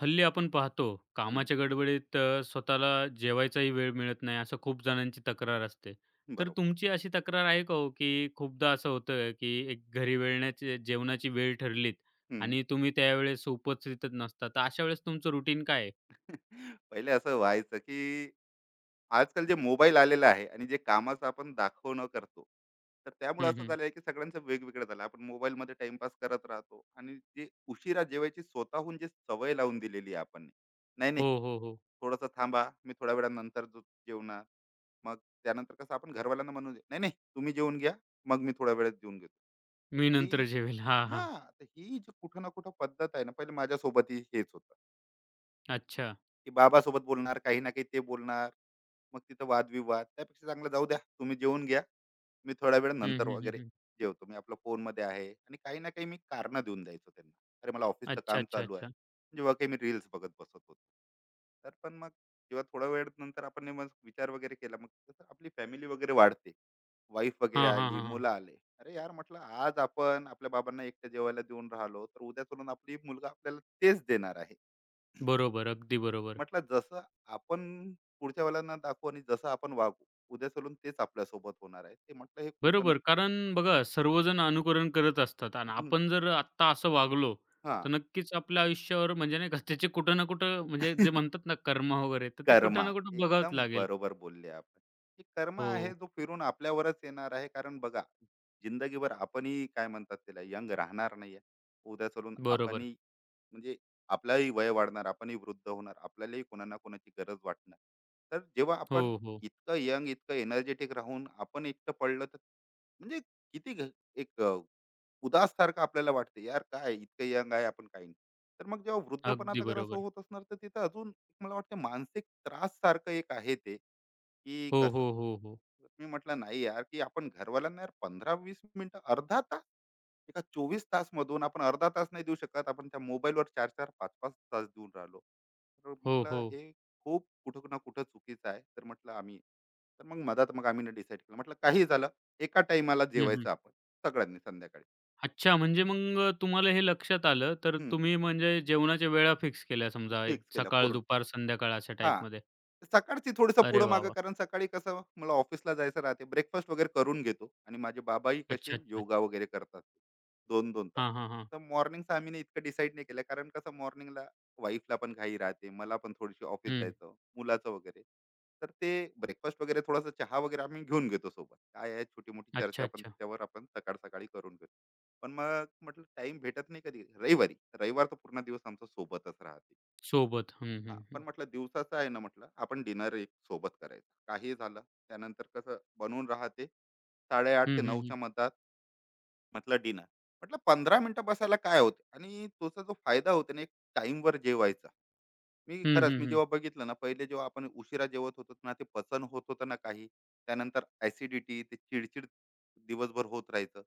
हल्ली आपण पाहतो हं, कामाच्या गडबडीत स्वतःला जेवायचाही वेळ मिळत नाही असं खूप जणांची तक्रार असते. तर बरोबर. तुमची अशी तक्रार आहे का हो, की खूपदा असं होतं की एक घरी वेळण्याची जेवणाची वेळ ठरलीत हं. आणि तुम्ही त्यावेळेस उपस्थितच नसता. तर अशा वेळेस तुमचं रुटीन काय आहे? पहिले असं व्हायचं, की आजकाल जे मोबाईल आलेला आहे आणि जे कामाचं आपण दाखवणं करतो, तर त्यामुळे हं, असं हं. झालं आहे, की सगळ्यांचं वेगवेगळं झालं. आपण मोबाईलमध्ये टाईमपास करत राहतो आणि जे उशिरा जेवायची स्वतःहून जे सवय लावून दिलेली आहे आपण. नाही, नाही, हो, हो, हो. थोडंसं थांबा, मी थोड्या वेळानंतर जेवणार. मग त्यानंतर कसं आपण घरवाल्यांना म्हणून नाही, नाही, तुम्ही जेवून घ्या, मग मी थोड्या वेळात जेवून घेतो. तर मी नंतर ही जेवेल. हां, हां. तर ही जी कुठं ना कुठं पद्धत आहे ना, पहिले माझ्यासोबतही हेच होतं. अच्छा. की बाबासोबत बोलणार, काही ना काही ते बोलणार. मग तिथं वादविवाद. त्यापेक्षा चांगलं जाऊ द्या, तुम्ही जेवून घ्या. मी थोड्या वेळ हं, नंतर हं, हं, वगैरे हं. जेवतो. मी आपल्या फोनमध्ये आहे आणि काही ना काही मी कारणं देऊन द्यायचो त्यांना. अरे, मला ऑफिसचं अच्छा, काम अच्छा, चालू आहे. अच्छा. म्हणजे जेव्हा काही मी रील्स बघत बसत होतो. तर पण मग जेव्हा थोडा वेळ नंतर आपण हे मग विचार वगैरे केला, मग कसं आपली फॅमिली वगैरे वाढते. वाईफ वगैरे हां, हां, आली, हां, हां. मुलं आले. अरे यार, म्हटलं आज आपण आपल्या बाबांना एकटं जेवायला देऊन राहिलो, तर उद्या चलून आपली मुलगा आपल्याला तेच देणार आहे. बरोबर. अगदी बरोबर. म्हटलं जसं आपण पुढच्या वेळेला दाखवू आणि जसं आपण वागू उद्या चलून तेच आपल्या सोबत होणार आहे ते म्हटलं हे कुठं ना. बरोबर. कारण बघा सर्वजण अनुकरण करत असतात आणि हं, आपण जर आत्ता असं वागलो, हा तर नक्कीच आपल्या आयुष्यावर म्हणजे नाही का त्याचे कुठं ना कुठं म्हणजे जे म्हणतात ना कर्म वगैरे, तर ते कुठं कर्मा ना कुठं बघावंच एकदम लागेल. बरोबर बोलले आपण की कर्मा आहे हो, जो फिरून आपल्यावरच येणार आहे. कारण बघा जिंदगीभर आपणही काय म्हणतात त्याला यंग राहणार नाही. उद्या चलून बरोबर. आपणही म्हणजे आपलाही वय वाढणार, आपणही वृद्ध होणार, आपल्यालाही कोणाला कोणाची गरज वाटणार. तर जेव्हा हो, आपण हो. इतकं यंग इतकं एनर्जेटिक राहून आपण एकटं पडलं तर म्हणजे किती एक अ, उदास सारखं आपल्याला वाटते यार काय इतकं यंग आहे आपण काही नाही. तर मग जेव्हा वृद्धपणात अगदी अगर असं बरोबर. होत असणार तर तिथं अजून मला वाटतं मानसिक त्रास सारखं एक आहे ते. की हो, कसं हो, हो, हो. तर मी म्हटलं नाही यार की आपण घरवाल्यांना यार 15-20 मिनिटं अर्धा तास, एका 24 तास मधून आपण अर्धा तास नाही देऊ शकत. आपण त्या मोबाईलवर चार चार पाच पाच तास देऊन राहिलो, तर हो, हो. म्हटलं हे खूप कुठं ना कुठं चुकीचं आहे. तर म्हटलं आम्ही तर मग मधात मग आम्ही डिसाईड केलं म्हटलं काही झालं एका टाइमाला हं, हं. जेवायचं आपण सगळ्यांनी संध्याकाळी. अच्छा म्हणजे मग तुम्हाला हे लक्षात आलं, तर तुम्ही म्हणजे जेवणाच्या वेळा फिक्स केल्या समजा एक फिक्स केलं सकाळ, पूर्ण. दुपार, संध्याकाळ अशा हां. टाईपमध्ये. सकाळची थोडंसं अरे पुढं वाह, मागं वाह! कारण सकाळी कसं मला ऑफिसला जायचं राहते. ब्रेकफास्ट वगैरे करून घेतो आणि माझे बाबाही अच्छा, कसे अच्छा, योगा अच्छा. वगैरे करतात. 2 दोन तास. हां, हां, हां. तर मॉर्निंगचं आम्ही ना इतकं डिसाईड नाही केलं कारण कसं मॉर्निंगला वाईफला पण घाई राहते. मला पण थोडीशी ऑफिस हं. जायचं, मुलाचं वगैरे. तर ते ब्रेकफास्ट वगैरे थोडासा चहा वगैरे आम्ही घेऊन घेतो सोबत. काय आहे छोटी-मोठी अच्छा, चर्चा पण अच्छा. त्याच्यावर आपण सकाळ-सकाळी करून घेतो. पण मग म्हटलं टाईम भेटत नाही कधी रविवारी. रविवार तर पूर्ण दिवस आमचा सोबतच राहते. सोबत. हं, हां, हं, पण हं. म्हटलं दिवसाचं आहे ना म्हटलं, आपण डिनर एक सोबत करायचं. काही झालं, त्यानंतर कसं बनून राहते 8:30 हं, ते हं, हं. 9:00च्या मधात म्हटलं डिनर. म्हटलं 15 मिनिटं बसायला काय होते आणि तोचा जो फायदा होतो ना, एक टाईमवर जेवायचा. मी हं, खरंच हं, मी हं. जेव्हा बघितलं ना, पहिले जेव्हा आपण उशिरा जेवत होतो ना, ते पचन होत होतं ना काही. त्यानंतर ॲसिडिटी, ते चिडचिड दिवसभर होत राहायचं.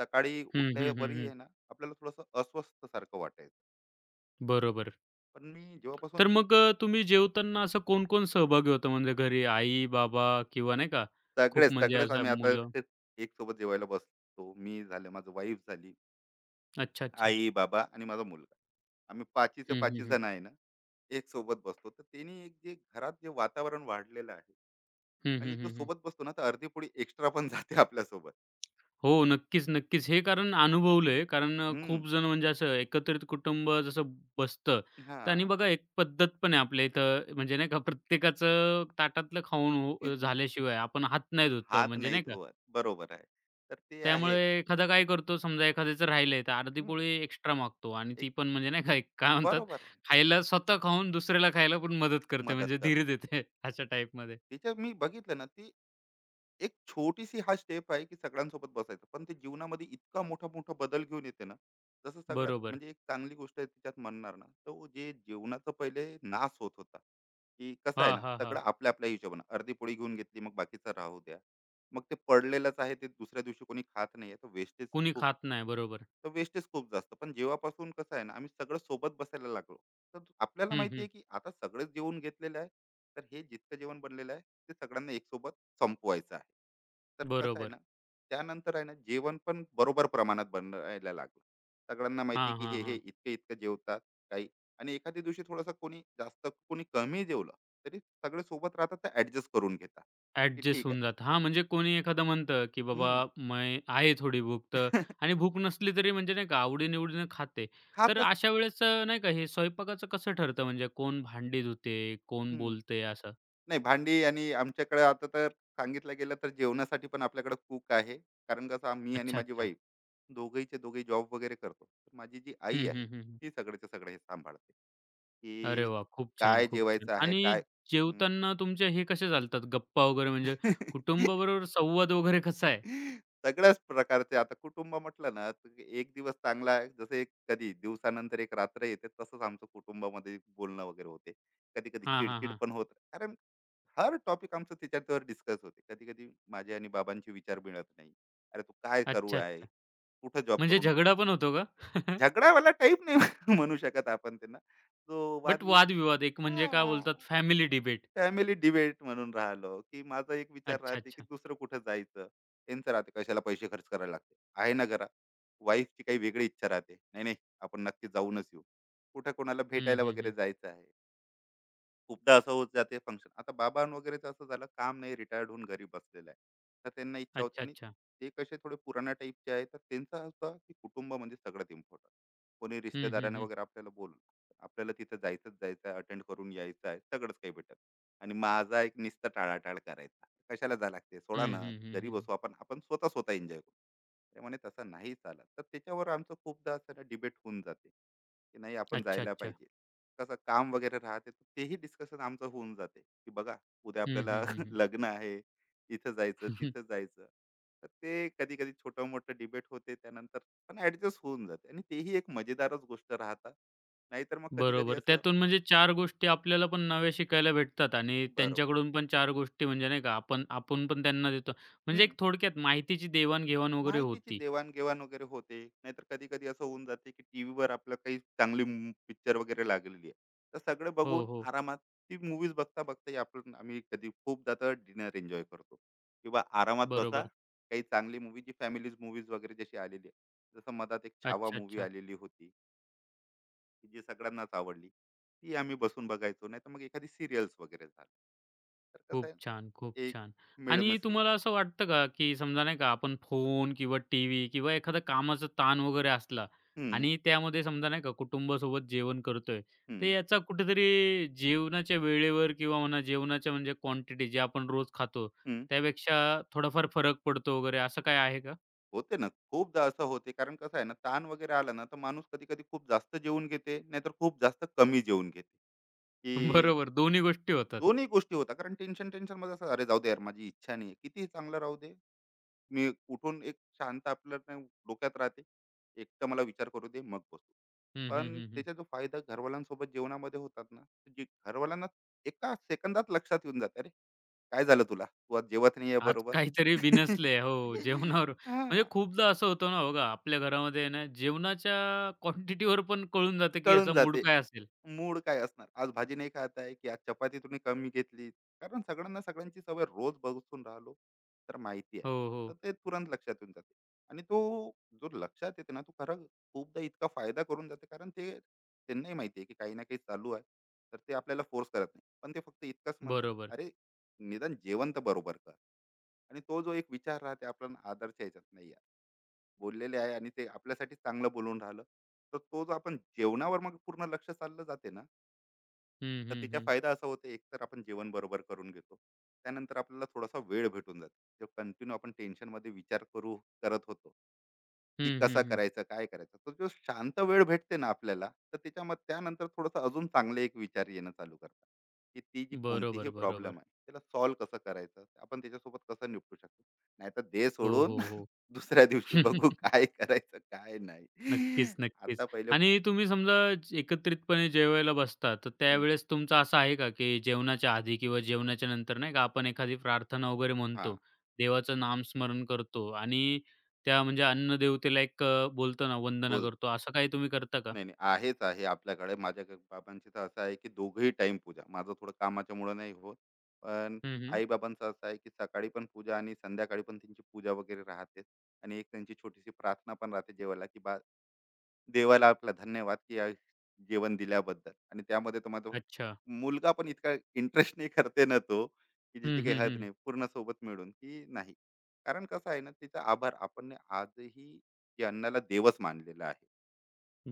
सकाळी हं, हं, उठल्यावरही हं, आहे ना, आपल्याला थोडंसं अस्वस्थ सारखं वाटायचं. बरोबर. पण मी जेव्हापासून तर मग तुम्ही जेवताना असं कोण-कोण सहभागी होतं म्हणजे घरी आई, बाबा किंवा नाही का सगळेच, खूप म्हणजे सगळेच आम्ही असं आता मुलं? ते एक सोबत जेवायला बसतो. मी झालं, माझं वाईफ झाली, अच्छा, अच्छा. आई, बाबा आणि माझा मुलगा. आम्ही 5 चे हं, 5 हं, हं. जण आहे ना, एक सोबत बसतो. तर त्यांनी एक जे घरात जे वातावरण वाढलेलं आहे हं, आणि हं, जो हं, हं. सोबत बसतो ना, तर अर्धी पोळी एक्स्ट्रा पण जाते आपल्यासोबत. हो, नक्कीच, नक्कीच. हे कारण अनुभवलंय कारण हं, खूप जण म्हणजे असं एकत्रित कुटुंब जसं बसतं तर आणि हां. बघा एक पद्धत पण आहे आपल्या इथं म्हणजे नाही का प्रत्येकाचं ताटातलं खाऊन हो झाल्याशिवाय आपण हात नाही धुत हात म्हणजे नाही नाही का? धुवत. बरोबर आहे. तर ते आहे. त्यामुळे एखादा काय करतो, समजा एखाद्याचं राहिलंय, तर अर्धी हं, पोळी एक्स्ट्रा मागतो आणि एक ती पण म्हणजे नाही का काय म्हणतात, बरोबर आहे. खायला स्वतः खाऊन दुसऱ्याला खायला पण मदत करते, मदत म्हणजे धीर करतो. देते अशा टाईपमध्ये. तिच्या मी बघितलं ना, ती एक छोटीशी हा स्टेप आहे की सगळ्यांसोबत बसायचं. पण ते जीवनामध्ये इतका मोठा-मोठा बदल घेऊन येते ना, जसं सगळ्यात बरोबर. म्हणजे एक चांगली गोष्ट आहे तिच्यात म्हणणार ना, तर जे जेवणाचा पहिले नाश होत होता, की कसं आहे हां, ना, हां, सगळं हां. आपल्या-आपल्या हिशोबानं. अर्धी पोळी घेऊन घेतली, मग बाकीचं राहू द्या. मग ते पडलेलंच आहे, ते दुसऱ्या दिवशी कोणी खात नाहीये, तर वेस्टेज कोणी खूप. खात नाही. बरोबर. तर वेस्टेज खूप जास्त. पण जेव्हापासून कसं आहे ना, आम्ही सगळं सोबत बसायला लागलो, तर आपल्याला हं, माहिती हं. आहे की आता सगळंच जेवण घेतलेलं आहे, तर हे जितकं जेवण बनलेलं आहे, ते सगळ्यांना एकसोबत संपवायचं आहे. तर कसं आहे बरोबर. ना, त्यानंतर आहे ना, जेवण पण बरोबर प्रमाणात बनवायला लागलं. सगळ्यांना माहिती हां, की हे, हां, हे हां. इतकं-इतकं जेवतात काही. आणि एखाद्या दिवशी थोडंसं कोणी जास्त, कोणी कमी जेवलं, तरी सगळे सोबत राहतात, तर ॲडजस्ट करून घेतात, की ॲडजस्ट ठीक आहे. होऊन जातं. हां, म्हणजे कोणी एखादं म्हणतं, की बाबा हं. मी आहे थोडी भूक तर आणि भूक नसली तरी म्हणजे नाही का आवडी खाते. तर खातच. अशा वेळेस नाही का हे स्वयंपाकाचं कसं ठरतं म्हणजे कोण भांडी धुते, कोण हं. बोलते असं? नाही भांडी आणि आमच्याकडे आता तर सांगितलं गेलं तर जेवणासाठी पण आपल्याकडे कुक आहे. कारण कसं आम्ही आणि अच्छा, माझी अच्छा. वाईफ दोघीचे दोघे जॉब वगैरे करतो तर माझी जी आई हं, आहे हं, हं, हं. ती सगळ्याचे सगळे हे सांभाळते अरे की वाह! खूप छान, काय खूप छान. जेवायचं आहे आणि काय. हम्म. जेवताना तुमच्या हे कसे चालतात गप्पा वगैरे म्हणजे कुटुंबाबरोबर संवाद वगैरे कसा आहे? सगळ्याच प्रकारचे आता कुटुंब म्हटलं ना तर एक दिवस चांगला आहे जसं एक कधी दिवसानंतर एक रात्र येते तसंच आमचं कुटुंबामध्ये बोलणं वगैरे होते. कधी कधी हां, हां, चिडचिड हां. पण होत अरे हर टॉपिक आमचं त्याच्यावर डिस्कस होते. कधी कधी माझे आणि बाबांचे विचार मिळत नाही. अरे तू काय करू अच्छा, आहे अच्छा. कुठं जॉब म्हणजे करून झगडा पण होतो का? झगडावाला टाईप नाही म्हणू शकत आपण त्यांना. जो बट वादविवाद वादविवाद एक म्हणजे काय हा बोलतात फॅमिली डिबेट. फॅमिली डिबेट म्हणून राहिलो की माझा एक विचार अच्छा, राहते की अच्छा. दुसरं कुठं जायचं. त्यांचं राहते कशाला पैसे खर्च करायला लागते. आहे ना घरा वाईफची काही वेगळी इच्छा राहते नाही नाही आपण नक्की जाऊनच येऊ कुठं कोणाला हं, भेटायला हं, वगैरे हं. जायचं आहे. खूपदा असं होत जाते फंक्शन आता बाबा वगैरेचं असं झालं काम नाही रिटायर्ड होऊन घरी बसलेलं आहे. तर त्यांना इच्छा होती अच्छा, आणि अच्छा. ते कसे थोडे पुराण्या टाईपचे आहे तर त्यांचं असं की कुटुंब म्हणजे सगळ्यात इम्पॉर्टंट. कोणी हं, हं, रिश्तेदाराने हं. वगैरे आपल्याला बोलून आपल्याला तिथं जायचंच जायचं आहे अटेंड करून यायचं आहे सगळंच काही भेटत. आणि माझा एक निस्ता टाळाटाळ करायचा कशाला जा लागते हं, सोडा ना हं, हं, घरी हं. बसू आपण आपण स्वतः स्वतः एन्जॉय करू. ते म्हणे तसं नाही चालत तर त्याच्यावर आमचं खूपदा असं ना डिबेट होऊन जाते की नाही आपण अच्छा, जायला अच्छा. पाहिजे. कसं काम वगैरे राहते तर तेही डिस्कशन आमचं होऊन जाते की बघा उद्या हं, आपल्याला हं, हं, हं. लग्न आहे. इथं जायचं तिथं जायचं. तर ते कधी कधी छोटं मोठं डिबेट होते त्यानंतर पण ऍडजस्ट होऊन जाते आणि तेही एक मजेदारच गोष्ट राहतात. नाहीतर मग कधी कधी बरोबर. असं त्यातून म्हणजे 4 गोष्टी आपल्याला पण नव्या शिकायला भेटतात आणि बरोबर. त्यांच्याकडून पण चार गोष्टी म्हणजे नाही का आपण आपण पण त्यांना देतो. म्हणजे एक थोडक्यात माहितीची देवाण-घेवाण वगैरे माहितीची होती. देवाणघेवाण वगैरे होते. नाहीतर कधी-कधी असं होऊन जाते, की टीव्हीवर आपलं काही चांगली मू पिक्चर वगैरे लागलेली आहे. तर सगळं हो, बघून हो. आरामात ती मूव्हीज बघता-बघताही आपण आम्ही कधी खूपदा तर डिनर एन्जॉय करतो किंवा आरामात बसा. बरोबर. काही चांगली मूव्ही जी फॅमिलीज मूव्हीज वगैरे जशी आलेली आहे. जसं मधात एक छावा अच्छा, मूव्ही अच्छा. आलेली होती, की जी सगळ्यांनाच आवडली. ती आम्ही बसून बघायचो. नाहीतर मग एखादी सीरियल्स वगैरे झालं. तर कसं खूप आहे ना, छान, खूप एक छान. आणि मिळमिसनं. तुम्हाला असं वाटतं का, की समजा नाही का आपण फोन किंवा टीव्ही किंवा एखादा कामाचा ताण वगैरे असला हं, आणि त्यामध्ये समजा नाही का कुटुंबासोबत जेवण करतोय, हं, तर याचा कुठेतरी जेवणाच्या वेळेवर किंवा म्हणा जेवणाच्या म्हणजे क्वांटिटी जे आपण रोज खातो, हं. त्यापेक्षा थोडाफार फरक पडतो वगैरे असं काय आहे का? होते ना, खूपदा असं होते. कारण कसं आहे ना, ताण वगैरे आला ना, तर माणूस कधी-कधी खूप जास्त जेवून घेते, नाहीतर खूप जास्त कमी जेवून घेते, की बरोबर, दोन्ही गोष्टी होतात. दोन्ही गोष्टी होतात. कारण टेन्शनमध्ये असं, "अरे, जाऊ दे यार, माझी इच्छा नाही किती कितीही चांगलं राहू दे, मी उठून एक शांत आपलं न डोक्यात राहते, एकटं मला विचार करू दे, मग बसू." हं, हं, पण हं, हं. त्याचा जो फायदा घरवाल्यांसोबत जेवणामध्ये होतात ना, तर जे घरवाल्यांना एका सेकंदात लक्षात येऊन जाते, "अरे, काय झालं तुला? तू आज जेवत नाही आहे आज बरोबर." काहीतरी बिनसले. हो, जेवणावर म्हणजे हां, खूपदा असं होतं ना बघा, आपल्या घरामध्ये आहे ना, जेवणाच्या क्वांटिटीवर पण कळून जातं, की कळून ह्याचा मूड जाते. काय असेल. मूड काय असणार. आज भाजी नाही खात आहे, की आज चपाती तुम्ही कमी घेतली. कारण सगळ्यांना सगळ्यांची सवय रोज बसून राहिलो, तर माहिती आहे. हो, हो. तर ते तुरंत लक्षात येऊन जाते. आणि तो जो लक्षात येते ना, तो खरं खूपदा इतका फायदा करून जाते. कारण ते त्यांनाही माहिती आहे, की काही ना काही चालू आहे. तर ते आपल्याला फोर्स करत नाही. पण ते फक्त इतकंच म्हणतात, बरोबर. "अरे, निदान जेवण तर बरोबर कर." आणि तो जो एक विचार राहते आपल्याला आदरच्या ह्याच्यात, "नाही यार, बोललेले आहे आणि ते आपल्यासाठी चांगलं बोलून राहिलं." तर तो जो आपण जेवणावर मग पूर्ण लक्ष चाललं जाते ना, हं, तर हं, त्याचा हं. फायदा असा होतो एक तर आपण जेवण बरोबर करून घेतो. त्यानंतर आपल्याला थोडासा वेळ भेटून जातो जो कंटिन्यू आपण टेन्शनमध्ये विचार करू करत होतो की हं, हं, कसा हं. करायचा काय करायचा. तो जो शांत वेळ भेटते ना आपल्याला तर त्याच्यामध्ये त्यानंतर थोडंसं अजून चांगले एक विचार येणं चालू करतात की ती जी कोणतीही बरोबर, प्रॉब्लेम बरोबर. आहे त्याला सॉल्व्ह कसं करायचं, आपण त्याच्यासोबत कसं निपटू शकतो. नाहीतर दे हो, सोडून हो, हो. दुसऱ्या दिवशी बघू काय करायचं काय नाही. नक्कीच, आता नक्कीच. पहिले आणि फु- तुम्ही समजा एकत्रितपणे जेवायला बसता, तर हं, त्यावेळेस तुमचं असं आहे का, की जेवणाच्या आधी किंवा जेवणाच्या नंतर नाही का आपण एखादी प्रार्थना वगैरे हा म्हणतो, देवाचं नामस्मरण करतो आणि त्या म्हणजे अन्नदेवतेला एक बोलतो ना वंदना बोल करतो, असं काही तुम्ही करता का? नाही, नाही. आहेच आहे आपल्याकडे. माझ्या ग बाबांची तर असं आहे, की दोघंही टाईम पूजा. माझं थोडं कामाच्यामुळं नाही होत. पण हं, हं. आई-बाबांचं असं आहे, की सकाळी पण पूजा आणि संध्याकाळी पण त्यांची पूजा वगैरे राहतेच. आणि एक त्यांची छोटीशी प्रार्थना पण राहते जेवायला, की देवाला आपला धन्यवाद, की आज जेवण दिल्याबद्दल. आणि त्यामध्ये तर माझा अच्छा. मुलगा पण इतका इंटरेस्टने करते ना तो, की ज्याची हं, काही हं, हद हं. नाही. पूर्ण सोबत मिळून, की नाही. कारण कसं आहे ना, तिचा आभार आपण आजही या अन्नाला देवच मानलेला आहे.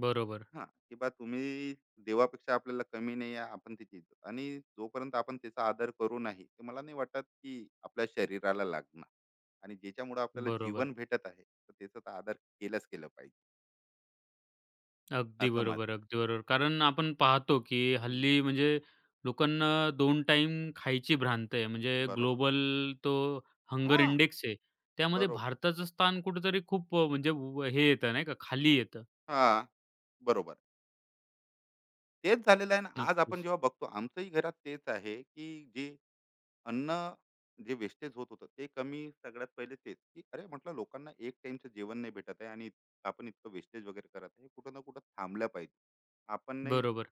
बरोबर, हां, की बा तुम्ही देवापेक्षा आपल्याला कमी नाही आहे, आपण त्याची इज्जत आणि जोपर्यंत आपण त्याचा आदर करू नाही, तर मला नाही वाटत की आपल्या शरीराला लागणार. आणि ज्याच्यामुळं आपल्याला बरोबर. जीवन भेटत आहे, तर त्याचा तर आदर केलाच केला पाहिजे, अगदी असं बरोबर, माझं. अगदी बरोबर. कारण आपण पाहतो, की हं, हल्ली म्हणजे लोकांना 2 टाइम खायची भ्रांत आहे. म्हणजे बरोबर. ग्लोबल तो हंगर हां, इंडेक्स आहे. त्यामध्ये बरोबर. भारताचं स्थान कुठेतरी खूप म्हणजे व हे येतं नाही का, खाली येतं. हां, बरोबर. तेच झालेलं आहे ना, आज आपण नक्कीच. जेव्हा बघतो आमच्याही घरात तेच आहे, की जे अन्न जे वेस्टेज होत होतं ते कमी सगळ्यात पहिले तेच, की अरे म्हटलं लोकांना एक टाइमचं जेवण नाही भेटत आहे आणि आपण इतकं वेस्टेज वगैरे करत आहे, हे कुठं ना कुठं थांबलं पाहिजे. आपण नाही बरोबर.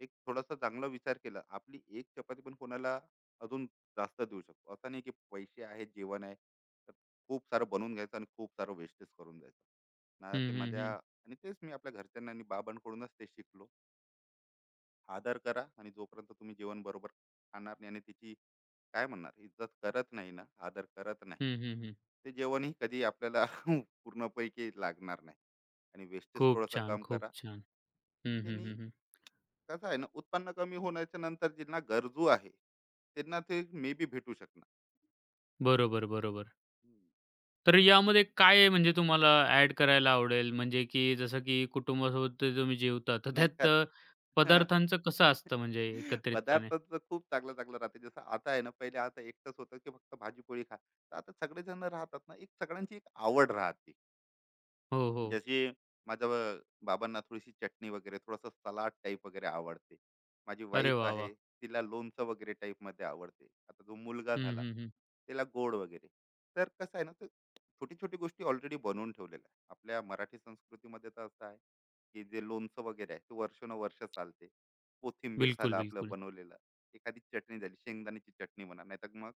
एक थोडासा चांगला विचार केला, आपली एक चपाती पण कोणाला अजून जास्त देऊ शकतो. असं नाही, की पैसे आहेत, जेवण आहे, तर खूप सारं बनवून घ्यायचं आणि खूप सारं वेस्टेज करून जायचं. हं, ना ते हं, माझ्या हं. आणि तेच मी आपल्या घरच्यांना आणि बाबांकडूनच ते शिकलो. आदर करा आणि जोपर्यंत तुम्ही जेवण बरोबर खाणार नाही आणि त्याची काय म्हणणार इज्जत करत नाही ना आदर करत नाही, हं, हं, हं. ते जेवणही कधी आपल्याला पूर्णपैकी लागणार नाही. आणि वेस्टेज खूप थोडासा छान, कम खूप करा, छान. की हं, हं, ज्यांनी हं, हं. कसं आहे ना, उत्पन्न कमी होण्याच्या नंतर ज्यांना गरजू आहे, त्यांना ते मे बी भेटू शकणार बरोबर, बरोबर. तर यामध्ये काय आहे म्हणजे तुम्हाला ॲड करायला आवडेल? म्हणजे की जसं की कुटुंबासोबत ते तुम्ही जेवता, तर नाही त्यात का. हा. पदार्थांचं कसं असतं म्हणजे एकत्रितपणे? पदार्थाचं खूप चांगलं चांगलं राहते. जसं आता आहे ना, पहिले आता एकटंच होतं, की फक्त भाजी पोळी खा, तर आता सगळेजण राहतात ना, एक सगळ्यांची एक आवड राहते. हो, हो. जशी माझ्या बाबांना थोडीशी चटणी वगैरे, थोडंसं सलाड टाईप वगैरे आवडते. माझी अरे वाईफ वाह, वाह! आहे, तिला लोणचं वगैरे टाईप मध्ये आवडते. आता जो मुलगा हं, झाला, हं, हं. तिला गोड वगैरे. तर कसं आहे ना, ते छोटी छोटी गोष्टी ऑलरेडी बनवून ठेवलेल्या आहे आपल्या मराठी संस्कृतीमध्ये. तर असं आहे, की जे लोणचं वगैरे आहे, ते वर्षानुवर्ष चालते. कोथिंबीर झालं बिलकुल, आपलं बिलकुल. बनवलेलं, एखादी चटणी झाली, शेंगदाण्याची चटणी म्हणा, नाहीतर मग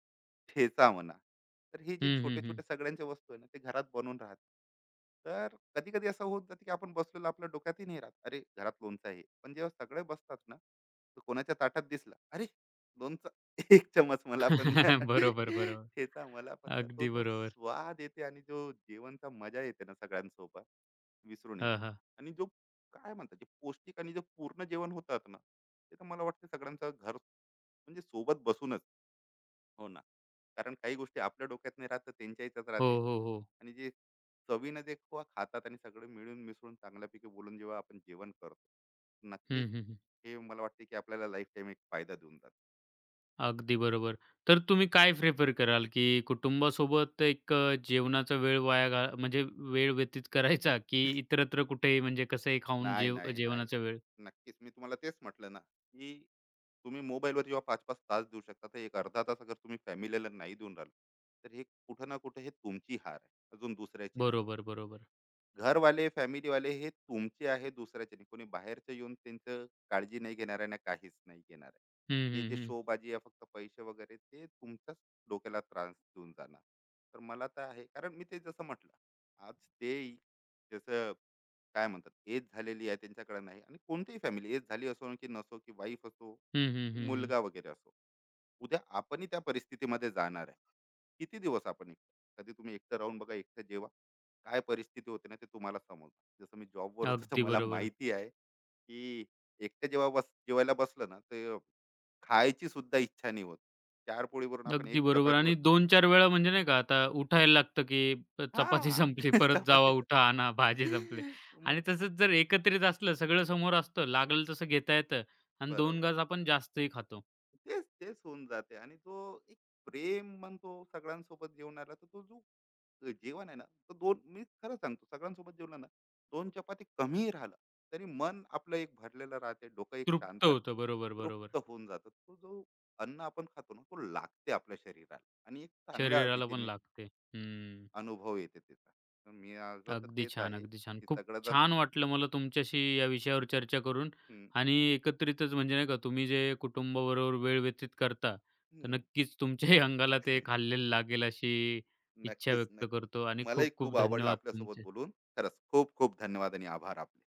ठेचा म्हणा. तर हे जे हं, छोटे हं, हं. छोटे सगळ्यांच्या वस्तू आहे ना, ते घरात बनवून राहतात. तर कधी कधी असं होत जाते, की आपण बसलेलो, आपल्या डोक्यातही नाही राहत अरे घरात लोणचं आहे. पण जेव्हा सगळे बसतात ना, तर कोणाच्या ताटात दिसलं, अरे लोणचं एक चमच मला पण द्या. बरोबर, बरोबर. ठेचा मला पण द्या. तो अगदी जो बरोबर. स्वाद येते आणि जो जेवणचा मजा येते ना सगळ्यांसोबत, विसरू नये. हां, हां. आणि जो काय म्हणतात जे पौष्टिक आणि जे पूर्ण जेवण होतात ना, ते तर मला वाटतं सगळ्यांचं घर म्हणजे सोबत बसूनच. हो ना. कारण काही गोष्टी आपल्या डोक्यात नाही राहत, तर त्यांच्या ह्याच्यात हो, राहते. हो, हो. आणि जे चवीनं ते खातात आणि सगळं मिळून मिसळून चांगल्यापैकी बोलून जेव्हा आपण जेवण करतो, नक्कीच हं, हं, हं. हे मला वाटते, की आपल्याला लाईफ टाईम एक फायदा देऊन जातो. अगदी बरोबर. तर तुम्ही काय प्रिफर कराल, की कुटुंबासोबत एक जेवणाचा वेळ वाया घा म्हणजे वेळ व्यतीत करायचा, की इतरत्र कुठेही म्हणजे कसंही खाऊन नाही, नाही, नाही. जेवणाचा वेळ? नक्कीच मी तुम्हाला तेच म्हटलं ना, की तुम्ही मोबाईलवर जेव्हा 5-5 तास देऊ शकता, तर एक अर्धा तास अगर तुम्ही फॅमिलीला नाही देऊन राहिले, तर हे कुठं ना कुठं हे तुमची हार आहे, अजून दुसऱ्याची नाही. बरोबर, बरोबर. घरवाले फॅमिली वाले हे तुमचे आहे, दुसऱ्याचे नाही. कोणी बाहेरचं येऊन त्यांचं काळजी नाही घेणार आहे ना, काहीच नाही घेणार आहे. हं, ते हं, जे हं. शोबाजी आहे, फक्त पैसे वगैरे, ते तुमच्याच डोक्याला त्रास देऊन जाणार. तर मला तर आहे, कारण मी ते जसं म्हटलं, आज ते जसं काय म्हणतात एज झालेली आहे, त्यांच्याकडे नाही. आणि कोणतीही फॅमिली एज झाली असो की नसो, की वाईफ असो हं, हं, की हं, हं. मुलगा वगैरे असो, उद्या आपणही त्या परिस्थितीमध्ये जाणार आहे. किती दिवस आपण एकटं, कधी तुम्ही एकटं राहून बघा, एकटं जेवा, काय परिस्थिती होते ना, ते तुम्हाला समजतं. जसं मी जॉबवर होतो, तर अगदी मला बरोबर. माहिती आहे की एकटं जेव्हा जेवायला बसलं ना, ते खायची सुद्धा इच्छा नाही होत. 4 पोळीवरून आपण एक अगदी बरोबर चपातीवर, आणि 2-4 वेळा म्हणजे नाही का आता उठायला लागतं, की चपाती हा संपली, परत जावा, चपातीचा उठा, आणा, भाजी संपली आणि मग. तसंच जर एकत्रित असलं, सगळं समोर असतं, लागेल तसं घेता येतं आणि 2 बरोबर, गाज आपण जास्तही खातो. तेच तेच होऊन जाते. आणि तो एक प्रेम म्हणतो सगळ्यांसोबत जेवणाला, तर तो जो जेवण आहे ना, तर 2 मी खरं सांगतो, सगळ्यांसोबत जेवलं ना, 2 चपाती कमी राहिलं, तरी मन आपलं एक भरलेलं राहते, डोकं एक तृप्त शांत, होतं. बरोबर, बरोबर. तृप्त होऊन जातं. तो जो अन्न आपण खातो ना, तो लागते आपल्या शरीराला आणि एक चांगल्या शरीराला पण रीतीने लागते. हं. अनुभव येते त्याचा. तर मी माझं तर अगदी तेच छान, आहे, अगदी छान. की खूप सगळेजण छान वाटलं मला तुमच्याशी या विषयावर चर्चा करून हं, आणि एकत्रितच म्हणजे नाही का तुम्ही जे कुटुंबाबरोबर वेळ व्यतीत करता, तर हं, नक्कीच तुमच्याही अंगाला ते खाल्लेलं लागेल अशी इच्छा नक्कीच व्यक्त करतो नक्की आणि मलाही खूप खूप खूप आवडलं धन्यवाद आपल्यासोबत तुमचे. बोलून. खरंच खूप खूप धन्यवाद आणि आभार आपले.